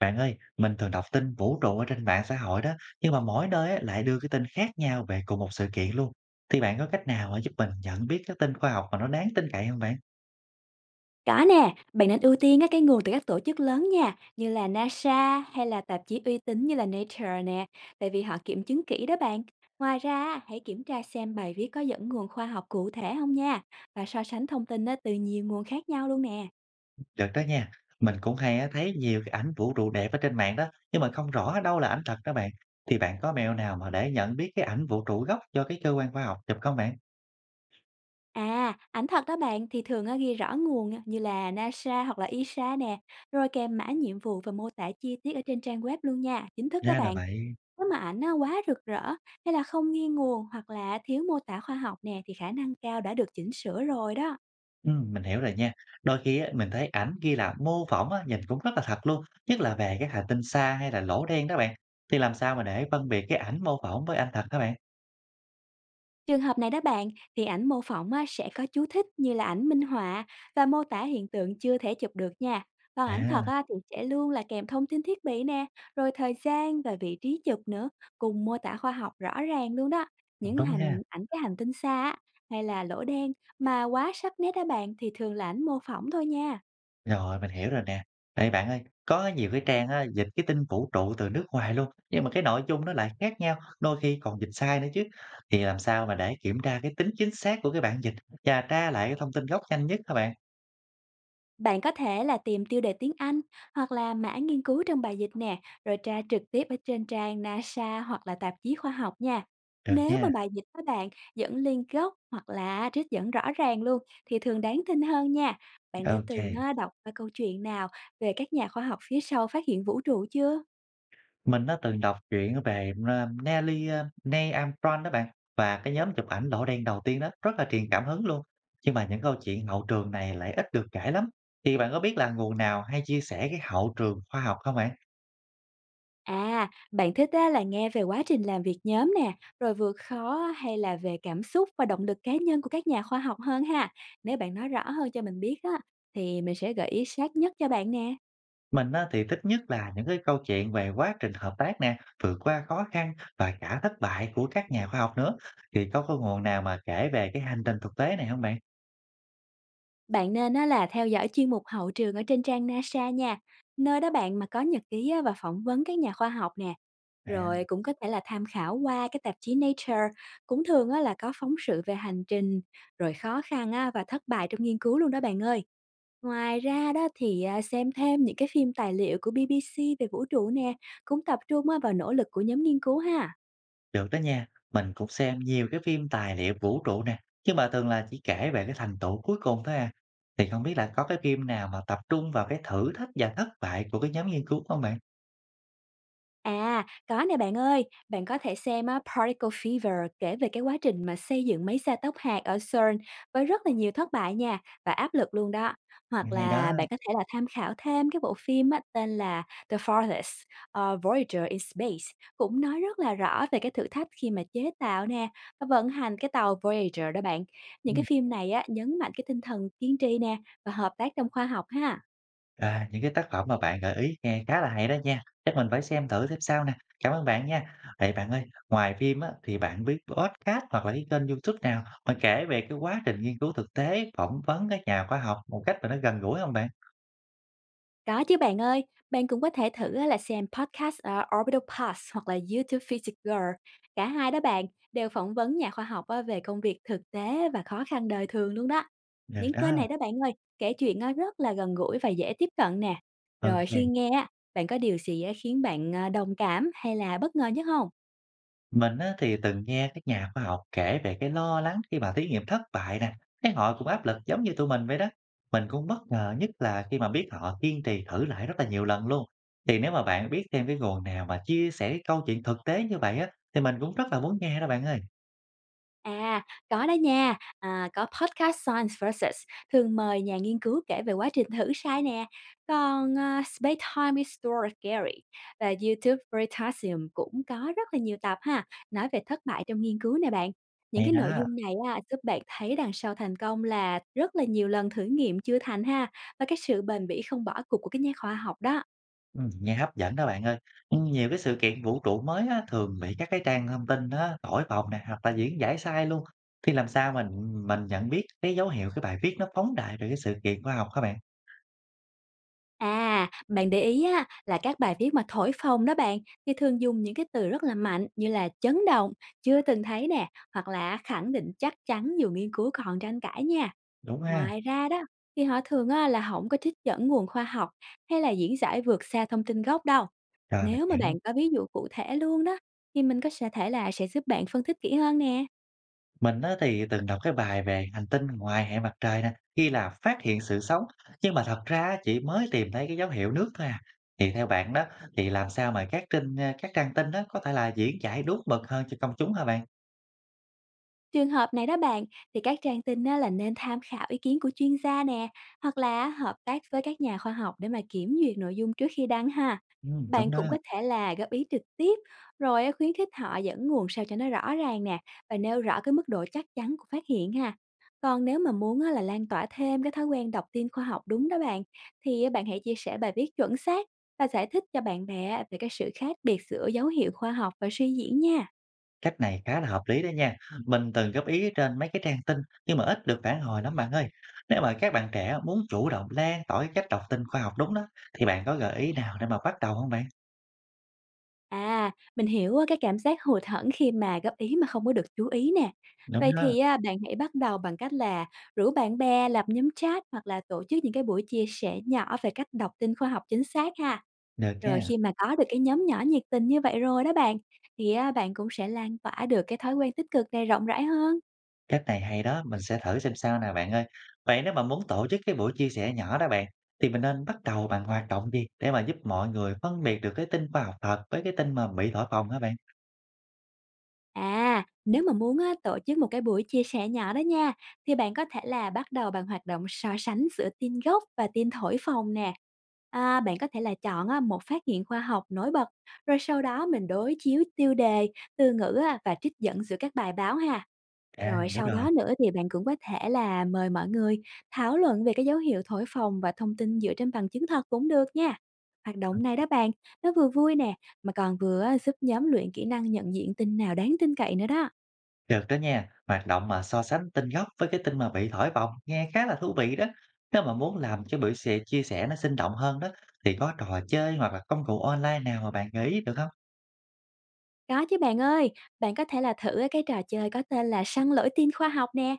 Bạn ơi, mình thường đọc tin vũ trụ ở trên mạng xã hội đó, nhưng mà mỗi nơi á, lại đưa cái tin khác nhau về cùng một sự kiện luôn. Thì bạn có cách nào á, giúp mình nhận biết cái tin khoa học mà nó đáng tin cậy không bạn? Có nè, bạn nên ưu tiên á, cái nguồn từ các tổ chức lớn nha, như là NASA hay là tạp chí uy tín như là Nature nè, tại vì họ kiểm chứng kỹ đó bạn. Ngoài ra, á, hãy kiểm tra xem bài viết có dẫn nguồn khoa học cụ thể không nha, và so sánh thông tin á, từ nhiều nguồn khác nhau luôn nè. Được đó nha. Mình cũng hay á, thấy nhiều cái ảnh vũ trụ đẹp ở trên mạng đó, nhưng mà không rõ đâu là ảnh thật đó bạn. Thì bạn có mẹo nào mà để nhận biết cái ảnh vũ trụ gốc do cái cơ quan khoa học chụp không bạn? À, ảnh thật đó bạn thì thường á, ghi rõ nguồn á, như là NASA hoặc là ESA nè, rồi kèm mã nhiệm vụ và mô tả chi tiết ở trên trang web luôn nha, chính thức đó Ra là bạn. vậy. Nếu mà ảnh á, quá rực rỡ hay là không nghiêng nguồn hoặc là thiếu mô tả khoa học nè thì khả năng cao đã được chỉnh sửa rồi đó. Mình hiểu rồi nha. Đôi khi á, mình thấy ảnh ghi là mô phỏng á, nhìn cũng rất là thật luôn, nhất là về các hành tinh xa hay là lỗ đen đó bạn. Thì làm sao mà để phân biệt cái ảnh mô phỏng với ảnh thật các bạn? Trường hợp này đó bạn thì ảnh mô phỏng á, sẽ có chú thích như là ảnh minh họa và mô tả hiện tượng chưa thể chụp được nha. Còn ảnh thật À, á, thì sẽ luôn là kèm thông tin thiết bị nè, rồi thời gian và vị trí chụp nữa, cùng mô tả khoa học rõ ràng luôn đó. cũng Những đúng ha. hành ảnh cái hành tinh xa á, hay là lỗ đen mà quá sắc nét đó bạn thì thường là ảnh mô phỏng thôi nha. Rồi, mình hiểu rồi nè. Đây bạn ơi, có nhiều cái trang á, dịch cái tin vũ trụ từ nước ngoài luôn, nhưng mà cái nội dung nó lại khác nhau, đôi khi còn dịch sai nữa chứ. Thì làm sao mà để kiểm tra cái tính chính xác của cái bản dịch và tra lại cái thông tin gốc nhanh nhất các bạn? Bạn có thể là tìm tiêu đề tiếng Anh hoặc là mã nghiên cứu trong bài dịch nè, rồi tra trực tiếp ở trên trang NASA hoặc là tạp chí khoa học nha. Được Nếu mà nha, bài dịch các bạn dẫn link gốc hoặc là trích dẫn rõ ràng luôn thì thường đáng tin hơn nha. Bạn đã từng OK. Đọc qua câu chuyện nào về các nhà khoa học phía sau phát hiện vũ trụ chưa? Mình đã từng đọc truyện về, Neil Armstrong đó bạn, và cái nhóm chụp ảnh lỗ đen đầu tiên đó, rất là truyền cảm hứng luôn. Nhưng mà những câu chuyện hậu trường này lại ít được kể lắm. Thì bạn có biết là nguồn nào hay chia sẻ cái hậu trường khoa học không bạn? À, bạn thích á, là nghe về quá trình làm việc nhóm nè, rồi vượt khó hay là về cảm xúc và động lực cá nhân của các nhà khoa học hơn ha? Nếu bạn nói rõ hơn cho mình biết á, thì mình sẽ gợi ý sát nhất cho bạn nè. Mình á thì thích nhất là những cái câu chuyện về quá trình hợp tác nè, vượt qua khó khăn và cả thất bại của các nhà khoa học nữa. Thì có cái nguồn nào mà kể về cái hành trình thực tế này không bạn? Bạn nên á, là theo dõi chuyên mục hậu trường ở trên trang NASA nha, nơi đó bạn mà có nhật ký á, và phỏng vấn các nhà khoa học nè. Rồi À. cũng có thể là tham khảo qua cái tạp chí Nature, cũng thường á, là có phóng sự về hành trình, rồi khó khăn á, và thất bại trong nghiên cứu luôn đó bạn ơi. Ngoài ra đó thì, à, xem thêm những cái phim tài liệu của BBC về vũ trụ nè, cũng tập trung á vào nỗ lực của nhóm nghiên cứu ha. Được đó nha, mình cũng xem nhiều cái phim tài liệu vũ trụ nè, nhưng mà thường là chỉ kể về cái thành tựu cuối cùng thôi à. Thì không biết là có cái phim nào mà tập trung vào cái thử thách và thất bại của cái nhóm nghiên cứu không bạn? À, có nè bạn ơi, bạn có thể xem á, Particle Fever kể về cái quá trình mà xây dựng máy xay tóc hạt ở CERN với rất là nhiều thất bại nha và áp lực luôn đó. Hoặc Hay đó. là bạn có thể là tham khảo thêm cái bộ phim á, tên là The Farthest Voyager in Space, cũng nói rất là rõ về cái thử thách khi mà chế tạo nè và vận hành cái tàu Voyager đó bạn. Những Ừ. cái phim này á, nhấn mạnh cái tinh thần kiên trì nè và hợp tác trong khoa học ha. À, những cái tác phẩm mà bạn gợi ý nghe khá là hay đó nha. Chắc mình phải xem thử xem sao nè. Cảm ơn bạn nha. Vậy bạn ơi, ngoài phim á, thì bạn biết podcast hoặc là cái kênh YouTube nào mà kể về cái quá trình nghiên cứu thực tế, phỏng vấn các nhà khoa học một cách mà nó gần gũi không bạn? Có chứ bạn ơi, bạn cũng có thể thử á là xem podcast à, Orbital Past hoặc là YouTube Physics Girl. Cả hai đó bạn đều phỏng vấn nhà khoa học á về công việc thực tế và khó khăn đời thường luôn đó. Được Những kênh đó. này đó bạn ơi, kể chuyện á rất là gần gũi và dễ tiếp cận nè. Rồi khi Ok. nghe, á, bạn có điều gì á khiến bạn à, đồng cảm hay là bất ngờ nhất không? Mình á, thì từng nghe các nhà khoa học kể về cái lo lắng khi mà thí nghiệm thất bại nè, thấy họ cũng áp lực giống như tụi mình vậy đó. Mình cũng bất ngờ nhất là khi mà biết họ kiên trì thử lại rất là nhiều lần luôn. Thì nếu mà bạn biết thêm cái nguồn nào mà chia sẻ cái câu chuyện thực tế như vậy á, thì mình cũng rất là muốn nghe đó bạn ơi. À, có đó nha, à, có podcast Science Versus thường mời nhà nghiên cứu kể về quá trình thử sai nè. Còn à, Space Time is Story Scary và YouTube Veritasium cũng có rất là nhiều tập ha, nói về thất bại trong nghiên cứu nè bạn. Những Hay cái nội đó, dung này á, giúp bạn thấy đằng sau thành công là rất là nhiều lần thử nghiệm chưa thành ha, và cái sự bền bỉ không bỏ cuộc của cái nhà khoa học đó. ừ, nghe hấp dẫn đó bạn ơi. Ừ, nhiều cái sự kiện vũ trụ mới á, thường bị các cái trang thông tin á, thổi phồng nè, hoặc là diễn giải sai luôn. Thì làm sao mình nhận biết cái dấu hiệu cái bài viết nó phóng đại về cái sự kiện khoa học các bạn? À, bạn để ý á, là các bài viết mà thổi phồng đó bạn thì thường dùng những cái từ rất là mạnh như là chấn động, chưa từng thấy nè, hoặc là khẳng định chắc chắn dù nghiên cứu còn tranh cãi nha. Đúng ha? Ngoài ra đó thì họ thường á, là không có trích dẫn nguồn khoa học hay là diễn giải vượt xa thông tin gốc đâu. Rồi, mình Nếu mà bạn hiểu. có ví dụ cụ thể luôn đó thì mình có sẽ thể là sẽ giúp bạn phân tích kỹ hơn nè. Mình á thì từng đọc cái bài về hành tinh ngoài hệ mặt trời nè, ghi là phát hiện sự sống, nhưng mà thật ra chỉ mới tìm thấy cái dấu hiệu nước thôi à. Thì theo bạn đó, thì làm sao mà các trang tin đó có thể là diễn giải đúng mực hơn cho công chúng hả bạn? Trường hợp này đó bạn, thì các trang tin á, là nên tham khảo ý kiến của chuyên gia nè, hoặc là hợp tác với các nhà khoa học để mà kiểm duyệt nội dung trước khi đăng ha. Ừ, Bạn đúng đó. cũng có thể là góp ý trực tiếp, rồi á, khuyến khích họ dẫn nguồn sao cho nó rõ ràng nè, và nêu rõ cái mức độ chắc chắn của phát hiện ha. Còn nếu mà muốn á, là lan tỏa thêm cái thói quen đọc tin khoa học đúng đó bạn, thì á, bạn hãy chia sẻ bài viết chuẩn xác và giải thích cho bạn bè về cái sự khác biệt giữa dấu hiệu khoa học và suy diễn nha. Cách này khá là hợp lý đó nha. Mình từng góp ý trên mấy cái trang tin nhưng mà ít được phản hồi lắm bạn ơi. Nếu mà các bạn trẻ muốn chủ động lan tỏa cái cách đọc tin khoa học đúng đó, thì bạn có gợi ý nào để mà bắt đầu không bạn? À, mình hiểu, cái cảm giác hụt hẫng khi mà góp ý mà không có được chú ý nè. Đúng Vậy đó, thì á, bạn hãy bắt đầu bằng cách là rủ bạn bè lập nhóm chat hoặc là tổ chức những cái buổi chia sẻ nhỏ về cách đọc tin khoa học chính xác ha. được Rồi nha. khi mà có được cái nhóm nhỏ nhiệt tình như vậy rồi đó bạn, thì á, bạn cũng sẽ lan tỏa được cái thói quen tích cực này rộng rãi hơn. Cách này hay đó, mình sẽ thử xem sao nè bạn ơi. Vậy nếu mà muốn tổ chức cái buổi chia sẻ nhỏ đó bạn, thì mình nên bắt đầu bằng hoạt động gì để mà giúp mọi người phân biệt được cái tin khoa học thật với cái tin mà bị thổi phồng hả bạn? À, nếu mà muốn á, tổ chức một cái buổi chia sẻ nhỏ đó nha, thì bạn có thể là bắt đầu bằng hoạt động so sánh giữa tin gốc và tin thổi phồng nè. À, bạn có thể là chọn á, một phát hiện khoa học nổi bật, rồi sau đó mình đối chiếu tiêu đề, từ ngữ á, và trích dẫn giữa các bài báo ha. À, Rồi hiểu sau rồi. đó nữa thì bạn cũng có thể là mời mọi người thảo luận về cái dấu hiệu thổi phồng và thông tin dựa trên bằng chứng thật cũng được nha. Hoạt Ừ, động này đó bạn, nó vừa vui nè, mà còn vừa á giúp nhóm luyện kỹ năng nhận diện tin nào đáng tin cậy nữa đó. được đó nha, hoạt động mà so sánh tin gốc với cái tin mà bị thổi phồng nghe khá là thú vị đó. Nếu mà muốn làm cái buổi sẻ chia sẻ nó sinh động hơn đó, thì có trò chơi hoặc là công cụ online nào mà bạn gợi ý được không? Có chứ bạn ơi, bạn có thể là thử á cái trò chơi có tên là săn lỗi tin khoa học nè.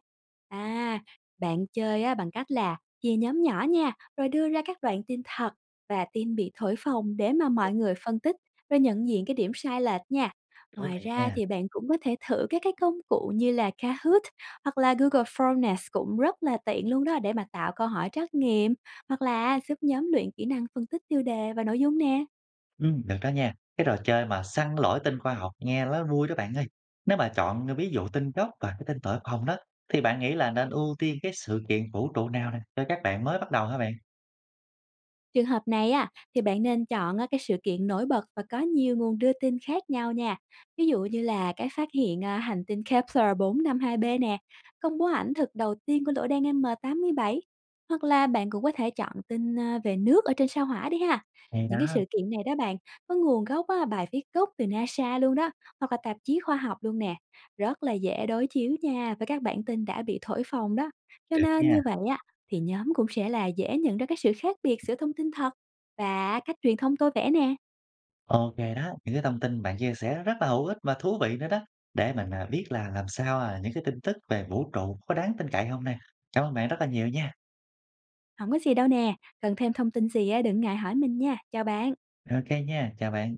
À, bạn chơi á bằng cách là chia nhóm nhỏ nha, rồi đưa ra các đoạn tin thật và tin bị thổi phồng để mà mọi người phân tích, rồi nhận diện cái điểm sai lệch nha. Thú Ngoài vị ra nha. thì bạn cũng có thể thử các cái công cụ như là Kahoot hoặc là Google Form nè, cũng rất là tiện luôn đó để mà tạo câu hỏi trắc nghiệm hoặc là giúp nhóm luyện kỹ năng phân tích tiêu đề và nội dung nè. Được đó nha. Cái trò chơi mà săn lỗi tên khoa học nghe nó vui đó bạn ơi. Nếu mà chọn ví dụ tên gốc và cái tên tội phòng đó, thì bạn nghĩ là nên ưu tiên cái sự kiện vũ trụ nào nè cho các bạn mới bắt đầu hả bạn? Trường hợp này á, thì bạn nên chọn á, cái sự kiện nổi bật và có nhiều nguồn đưa tin khác nhau nha. Ví dụ như là cái phát hiện à, hành tinh Kepler 452b nè, công bố ảnh thực đầu tiên của lỗ đen M87. Hoặc là bạn cũng có thể chọn tin à, về nước ở trên sao hỏa đi ha. Hay Những cái sự đó, kiện này đó bạn, có nguồn gốc á, bài viết gốc từ NASA luôn đó, hoặc là tạp chí khoa học luôn nè. Rất là dễ đối chiếu nha với các bản tin đã bị thổi phồng đó. Cho được nên nha. như vậy á, thì nhóm cũng sẽ là dễ nhận ra cái sự khác biệt giữa thông tin thật và cách truyền thông tôi vẽ nè. Ok đó, những cái thông tin bạn chia sẻ rất là hữu ích và thú vị nữa đó. Để mình biết là làm sao những cái tin tức về vũ trụ có đáng tin cậy không nè. Cảm ơn bạn rất là nhiều nha. Không có gì đâu nè, cần thêm thông tin gì á đừng ngại hỏi mình nha. Chào bạn. Ok nha, chào bạn.